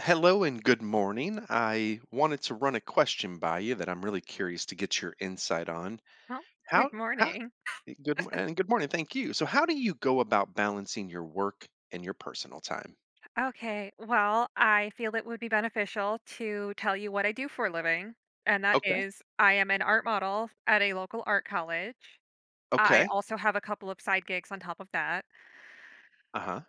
Hello and good morning. I wanted to run a question by you that I'm really curious to get your insight on. Oh, good How how morning. eh, good mo- and Good morning. Thank you. So how do you go about balancing your work and your personal time? Okay, well, I feel it would be beneficial to tell you what I do for a living, and that Okay. is I am an art model at a local art college. I Okay. also have a couple of side gigs on top of that. Uh-huh.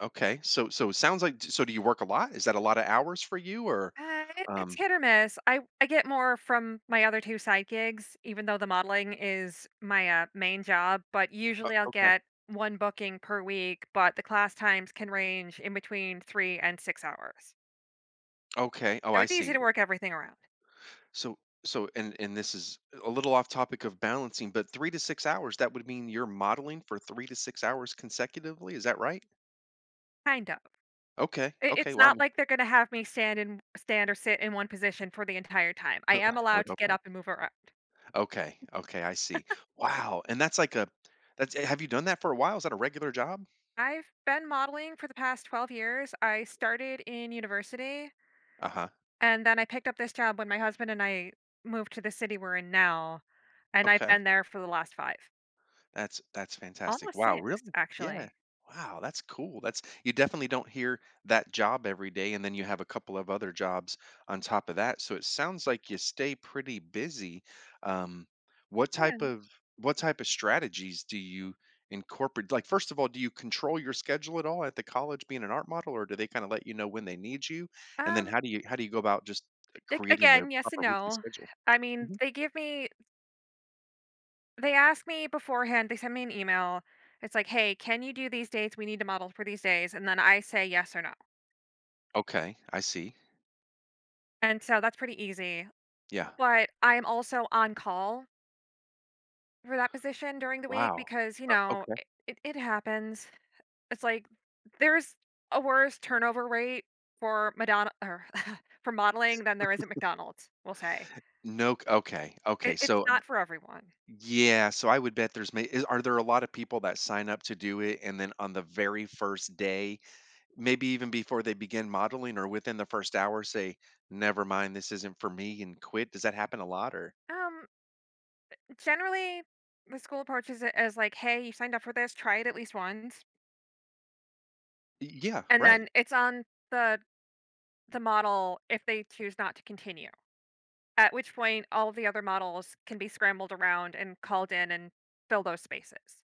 Okay. So it sounds like, so do you work a lot? Is that a lot of hours for you, or It's um hit or miss. I get more from my other two side gigs, even though the modeling is my main job, but o- usually I'll okay. get one booking per week, but the class times can range in between 3 and 6 hours. Okay. Oh, So I it's easy see. to work everything around, So so and this is a little off topic of balancing, but 3 to 6 hours, that would mean you're modeling for 3 to 6 hours consecutively, is that right? kind of. Okay, It okay, it's well, I not mean, like they're gonna have me stand or sit in one position for the entire time. I I am would allowed to hope get not. up and move around. Okay, okay, I see. Wow, and that's like a that's eh, have you done that for a while? Is that a regular job? I've been modeling for the past 12 years. I started in university, Uh-huh, and then I picked up this job when my husband and I moved to the city we're in now, and I've okay. been there for the last 5. That's fantastic. Almost Wow, 6, really? Yeah. actually. Wow, that's cool. That's, you definitely don't hear that job every day, and then you have a couple of other jobs on top of that. So it sounds like you stay pretty busy. Um, what type Yeah. of what type of strategies do you incorporate? Like, first of all, do you control your schedule at all at the college being an art model, or do they kind of let you know when they need you? And then Um, how do you go about just creating the again, yes and proper weekly no. schedule? I mean, Mhm. They ask me beforehand, they send me an email. It's like, "Hey, can you do these dates? We need to model for these days." And then I say yes or no. Okay, I see. And so that's pretty easy, Yeah. but I'm also on call for that position during the week Wow. because, Okay. it happens. It's like there's a worse turnover rate for Madonna or for modeling than there is at McDonald's, we'll say. No, okay, It okay, it's so not for everyone. yeah, so I would bet there's may is are there a lot of people that sign up to do it, and then on the very first day, maybe even before they begin modeling or within the first hour, say, "Never mind, this isn't for me," and quit? Does that happen a lot, or— Um, Generally, the school approaches it as like, "Hey, you signed up for this, try it at least once." Y Yeah, And right. then it's on the the model if they choose not to continue. At which point, all of the other models can be scrambled around and called in and fill those spaces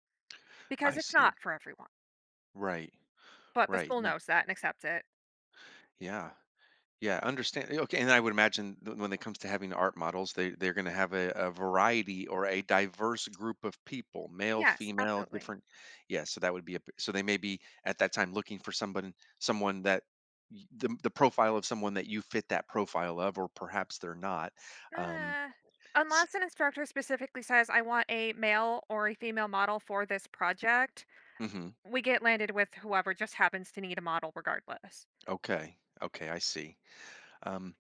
because I it's not see. for everyone. Right, But the right, school no, knows that and accepts it. yeah. Yeah, understand. Okay, and I would imagine when it comes to having art models, they're going to have a variety or a diverse group of people, male, Yes, female, absolutely. different. Yeah, so that would be so they may be at that time looking for someone, someone that the profile of someone that you fit that profile of, or perhaps they're not. Um, Uh, Unless an instructor specifically says, I want a male or a female model for this project, mm-hmm, we get landed with whoever just happens to need a model regardless. okay, okay, I see. Um,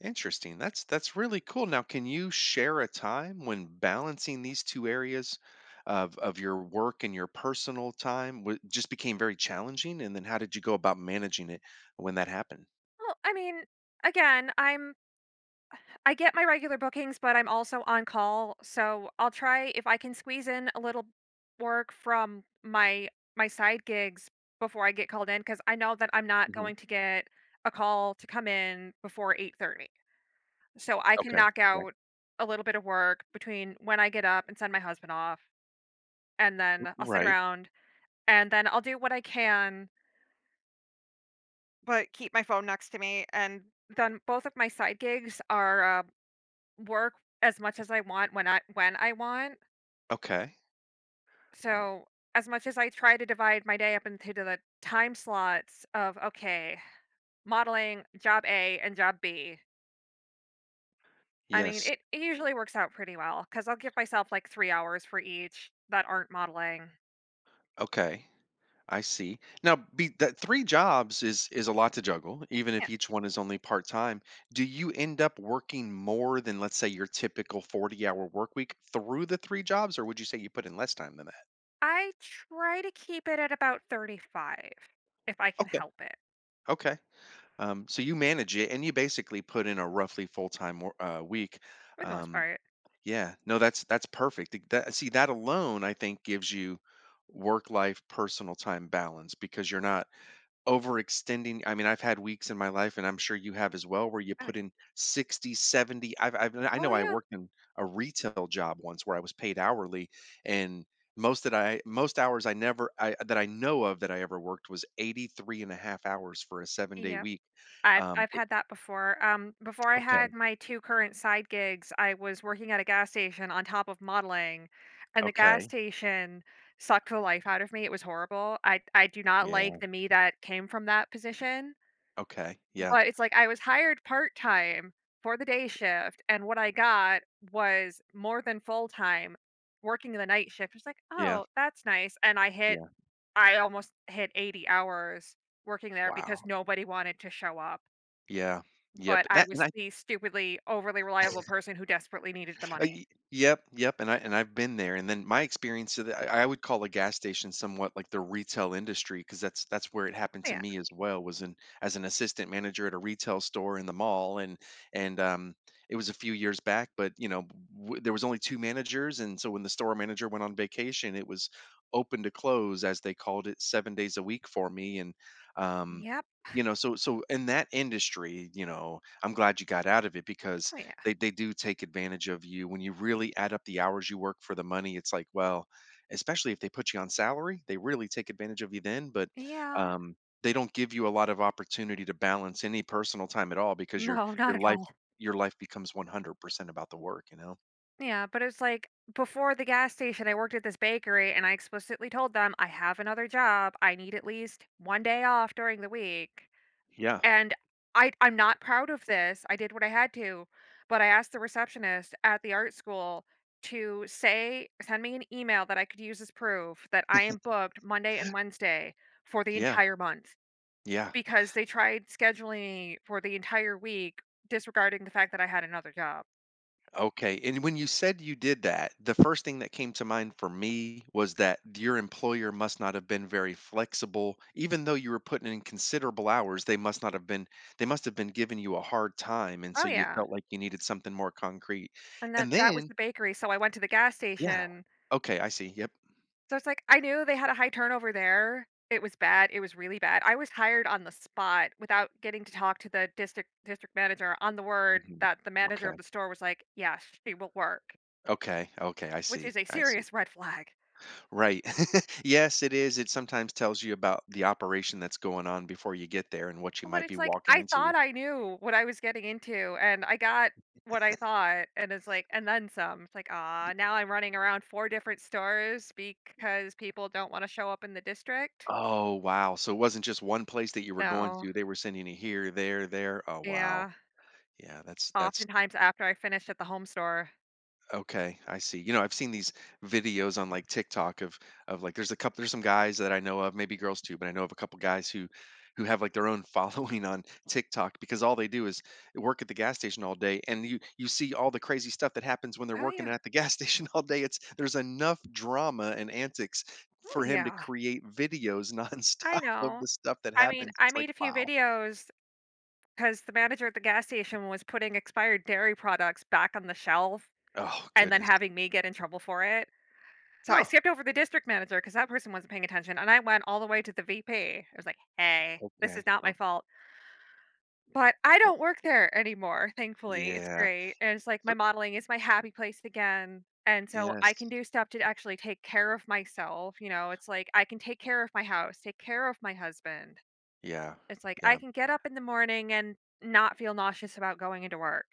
Interesting. That's really cool. Now, can you share a time when balancing these two areas of your work and your personal time just became very challenging? And then how did you go about managing it when that happened? Well, I mean, again, I get my regular bookings, but I'm also on call, so I'll try if I can squeeze in a little work from my side gigs before I get called in, because I know that I'm not Hmm. going to get a call to come in before 8:30. So I can Okay. knock Right. out a little bit of work between when I get up and send my husband off, and then I'll sit Right. around, and then I'll do what I can, but keep my phone next to me, and then both of my side gigs are, work as much as I want when I want. Okay. Uh, So, as much as I try to divide my day up into the time slots of, okay, modeling, job A, and job B, I mean, yes. it usually works out pretty well because I'll give myself like 3 hours for each that aren't modeling. Okay. I see. Now, be that three jobs is a lot to juggle, even Yeah, if each one is only part time. Do you end up working more than, let's say, your typical 40-hour work week through the three jobs, or would you say you put in less time than that? I try to keep it at about 35 if I can Okay, help it okay. So you manage it, and you basically put in a roughly full time week. for the most Um, part. yeah, no, that's perfect. That, see, that alone, I think, gives you work life personal time balance because you're not overextending. I mean, I've had weeks in my life, and I'm sure you have as well, where you I mean, put in 60, 70— I oh, know I yeah. worked in a retail job once where I was paid hourly, and most hours I never I that I know of that I ever worked was 83 and a half hours for a seven-day Yeah. week. I've I've It had that before. Before I Okay, had my 2 current side gigs, I was working at a gas station on top of modeling, and the gas okay, station sucked the life out of me, it was horrible. I do not like yeah, the me that came from that position, okay, yeah, but it's like I was hired part-time for the day shift, and what I got was more than full-time working the night shift. It's like, yeah, "Oh, that's nice," and yeah, I almost hit 80 hours working there because wow, nobody wanted to show up. yeah, But yep, I that was and— the stupidly overly reliable person who desperately needed the money. Yep, yep, and I and I've been there. And then my experience of the, I would call a gas station somewhat like the retail industry because that's where it happened Oh, to yeah. me as well. Was in as an assistant manager at a retail store in the mall, and and it was a few years back, but you know, there was only two managers, and so when the store manager went on vacation, it was open to close as they called it, 7 days a week for me, and um. Yep. You know, so so in that industry, you know, I'm glad you got out of it because Oh, yeah. They do take advantage of you. When you really add up the hours you work for the money, it's like, well, especially if they put you on salary, they really take advantage of you then, but Yeah. um, they don't give you a lot of opportunity to balance any personal time at all because No, not your at life all. your life becomes 100% about the work, you know? Yeah, but it's like before the gas station, I worked at this bakery and I explicitly told them, I have another job. I need at least one day off during the week. Yeah. And I'm not proud of this. I did what I had to, but I asked the receptionist at the art school to say, send me an email that I could use as proof that I am booked Monday and Wednesday for the Yeah. entire month. Yeah. Because they tried scheduling me for the entire week, disregarding the fact that I had another job. Okay. And when you said you did that, the first thing that came to mind for me was that your employer must not have been very flexible. Even though you were putting in considerable hours, they must not have been, they must have been giving you a hard time. And Oh, so you yeah, felt like you needed something more concrete. and And that was then, the bakery, so I went to the gas yeah. station. Okay. I see. Yep. So it's like, I knew they had a high turnover there. It was bad, it was really bad. I was hired on the spot without getting to talk to the district manager on the word Hmm. that the manager of Okay. the store was like, "Yes, she will work," Okay. Okay. I which is see. a I see. serious red flag. Right. Yes, it is. It sometimes tells you about the operation that's going on before you get there and what you But might be it's like, walking I thought into. I knew what I was getting into, and I got what I thought, and it's like and then some. It's like, "Ah, now I'm running around 4 different stores because people don't wanna show up in the district." Oh, wow. So it wasn't just one place that you were going No. to. They were sending you here, there, there. Oh, wow. Yeah. Yeah, that's— Oftentimes after I finish at the home store. Okay, I see. You know, I've seen these videos on like TikTok of like there's a couple there's some guys that I know of, maybe girls too, but I know of a couple guys who have like their own following on TikTok because all they do is work at the gas station all day, and you see all the crazy stuff that happens when they're Oh, working yeah. at the gas station all day. It's, there's enough drama and antics Oh, for him to yeah. create videos I nonstop of know. the stuff that I mean, happens. I It's like, made a few wow. videos because the manager at the gas station was putting expired dairy products back on the shelf Oh and then goodness. having me get in trouble for it. So I Oh, skipped over the district manager because that person wasn't paying attention, and I went all the way to the VP. I was like, "Hey, this okay. is not my Okay. fault, but I Well, don't work there anymore. Thankfully, it's yeah. great, and it's like my So, modeling is my happy place again, and so I yes. can do stuff to actually take care of myself. You know, it's like I can take care of my house, take care of my husband. Yeah. It's like I Yeah. can get up in the morning and not feel nauseous about going into work.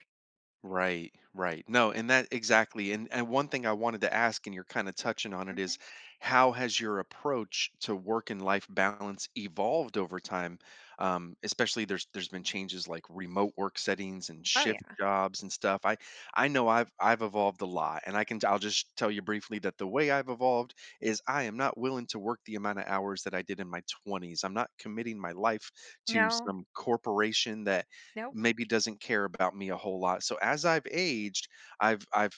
Right, right. No, and that exactly. And one thing I wanted to ask, and you're kind of touching on it, is Mhm. how has your approach to work and life balance evolved over time? Especially there's been changes like remote work settings and Oh shift yeah, jobs and stuff. I know I've evolved a lot, and I'll just tell you briefly that the way I've evolved is I am not willing to work the amount of hours that I did in my 20s. I'm not committing my life to no, some corporation that nope, maybe doesn't care about me a whole lot. So as I've aged, I've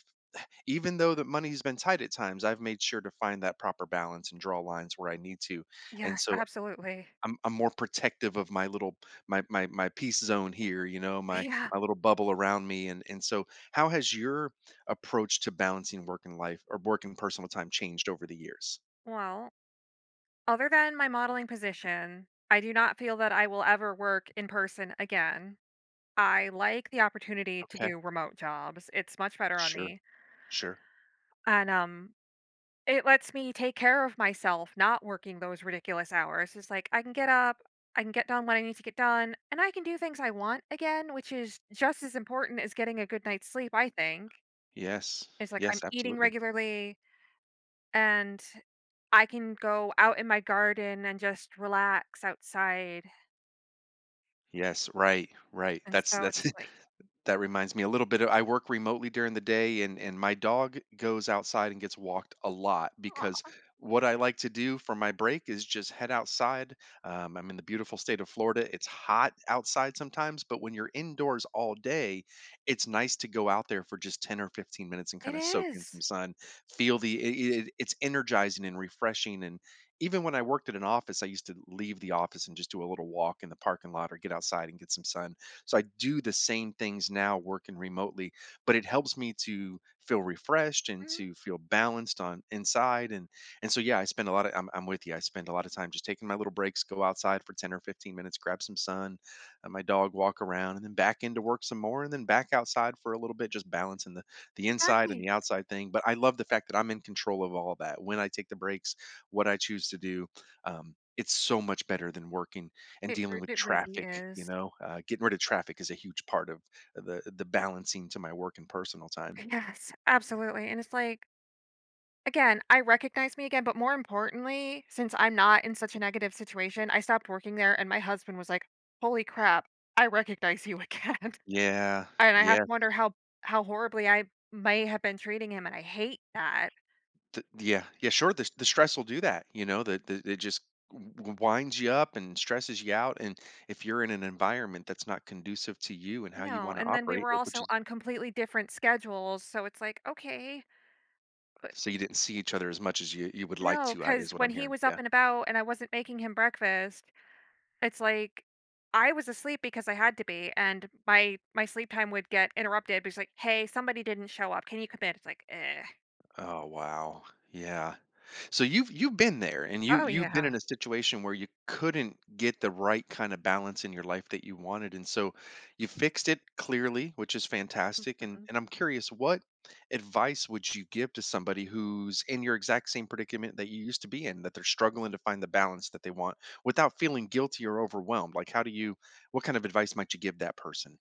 even though the money's been tight at times, I've made sure to find that proper balance and draw lines where I need to. And yes, so absolutely. I'm more protective of my little, my peace zone here, you know, my Yeah, my little bubble around me. And so how has your approach to balancing work and life or work and personal time changed over the years? well. Other than my modeling position, I do not feel that I will ever work in person again. I like the opportunity to Okay. do remote jobs. It's much better on Sure. me. Sure. And it lets me take care of myself not working those ridiculous hours. It's like I can get up, I can get done what I need to get done, and I can do things I want again, which is just as important as getting a good night's sleep, I think. Yes. It's like I'm Yes, eating absolutely. regularly and I can go out in my garden and just relax outside. Yes, right, right. And so That's it's like, that reminds me a little bit of, I work remotely during the day, and my dog goes outside and gets walked a lot because "Aw." what I like to do for my break is just head outside. I'm in the beautiful state of Florida. It's hot outside sometimes, but when you're indoors all day, it's nice to go out there for just 10 or 15 minutes and It kind of soak in is. some sun, feel the it's energizing and refreshing, and even when I worked at an office, I used to leave the office and just do a little walk in the parking lot or get outside and get some sun, so I do the same things now working remotely, but it helps me to feel refreshed and Mhm, to feel balanced on inside. And so yeah, I spend a lot of— I'm with you. I spend a lot of time just taking my little breaks, go outside for 10 or 15 minutes, grab some sun, my dog walk around, and then back into work some more, and then back outside for a little bit, just balancing the inside and the exactly. outside thing. But I love the fact that I'm in control of all that. When I take the breaks, what I choose to do, it's so much better than working and dealing with It really traffic. You is. know, getting rid of traffic is a huge part of the balancing to my work and personal time. Yes, absolutely, and it's like, again, I recognize me again, but more importantly, since I'm not in such a negative situation, I stopped working there, and my husband was like, "Holy crap, I recognize you again." Yeah, And I have to yeah, wonder how horribly I may have been treating him, and I hate that. Yeah, yeah. Sure, the stress will do that. You know, that that it just winds you up and stresses you out. And if you're in an environment that's not conducive to you and how you No, want to and then we operate, were which also is— on completely different schedules, so it's like, "Okay." so you didn't see each other as much as you would like No, to, because is what when I'm he hearing. was up Yeah. and about and I wasn't making him breakfast, it's like I was asleep because I had to be, and my sleep time would get interrupted because like, "Hey, somebody didn't show up. Can you come in?" It's like, "Eh." Oh, wow. Yeah. So you've been there and Oh, you've been yeah. in a situation where you couldn't get the right kind of balance in your life that you wanted. And so you fixed it clearly, which is fantastic. Mhm. And I'm curious, what advice would you give to somebody who's in your exact same predicament that you used to be in, that they're struggling to find the balance that they want without feeling guilty or overwhelmed? Like how do you— what kind of advice might you give that person?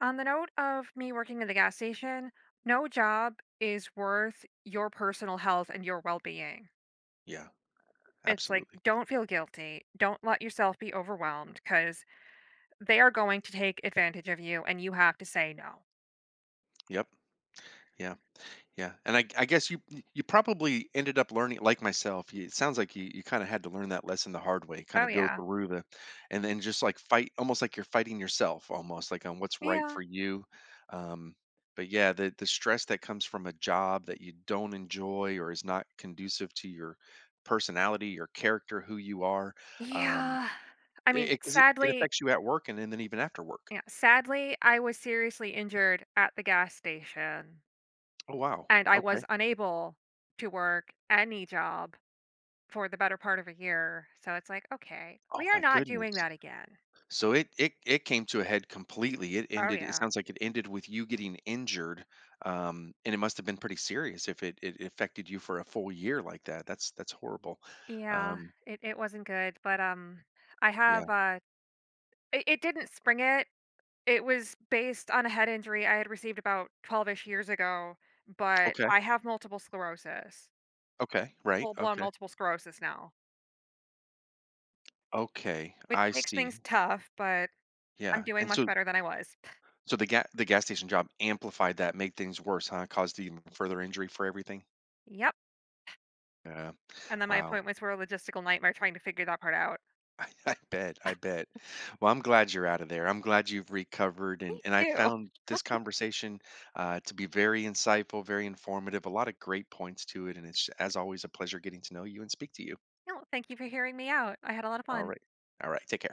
On the note of me working in the gas station, no job is worth your personal health and your well-being. Yeah, It's like, absolutely. don't feel guilty. Don't let yourself be overwhelmed because they are going to take advantage of you and you have to say no. Yep. Yeah. Yeah, and I guess you, you probably ended up learning like myself, you, it sounds like you kinda had to learn that lesson the hard way, Oh, kinda go yeah. through the, and then just, like, fight almost like you're fighting yourself almost, like, on what's right Yeah. for you, um, but yeah, the stress that comes from a job that you don't enjoy or is not conducive to your personality, your character, who you are, um, Yeah. I mean, it it 'cause it sadly affects you at work and then even after work. Yeah, sadly, I was seriously injured at the gas station, Oh, wow. and I Okay. was unable to work any job for the better part of a year, so it's like, "Okay, Oh we are my not doing goodness. that again." So it came to a head completely. It Oh, ended. It yeah. sounds like it ended with you getting injured, and it must have been pretty serious if it affected you for a full year like that. That's horrible. Yeah, Um, it wasn't good, but, I yeah. have, uh it didn't spring it. It was based on a head injury I had received about 12-ish years ago, but Okay. I have multiple sclerosis, Okay. Right. full-blown Okay. multiple sclerosis now. Okay. Which I makes see. things tough, but I'm Yeah. doing And much so better than I was. so the gas station job amplified that, made things worse, huh? Caused even further injury for everything. Yep, Yeah. and then my Wow. appointments were a logistical nightmare trying to figure that part out. I, I bet. I bet. Well, I'm glad you're out of there. I'm glad you've recovered. Me And I too. found this conversation to be very insightful, very informative, a lot of great points to it. And it's, as always, a pleasure getting to know you and speak to you. No, thank you for hearing me out. I had a lot of All fun. right. All right. Take care.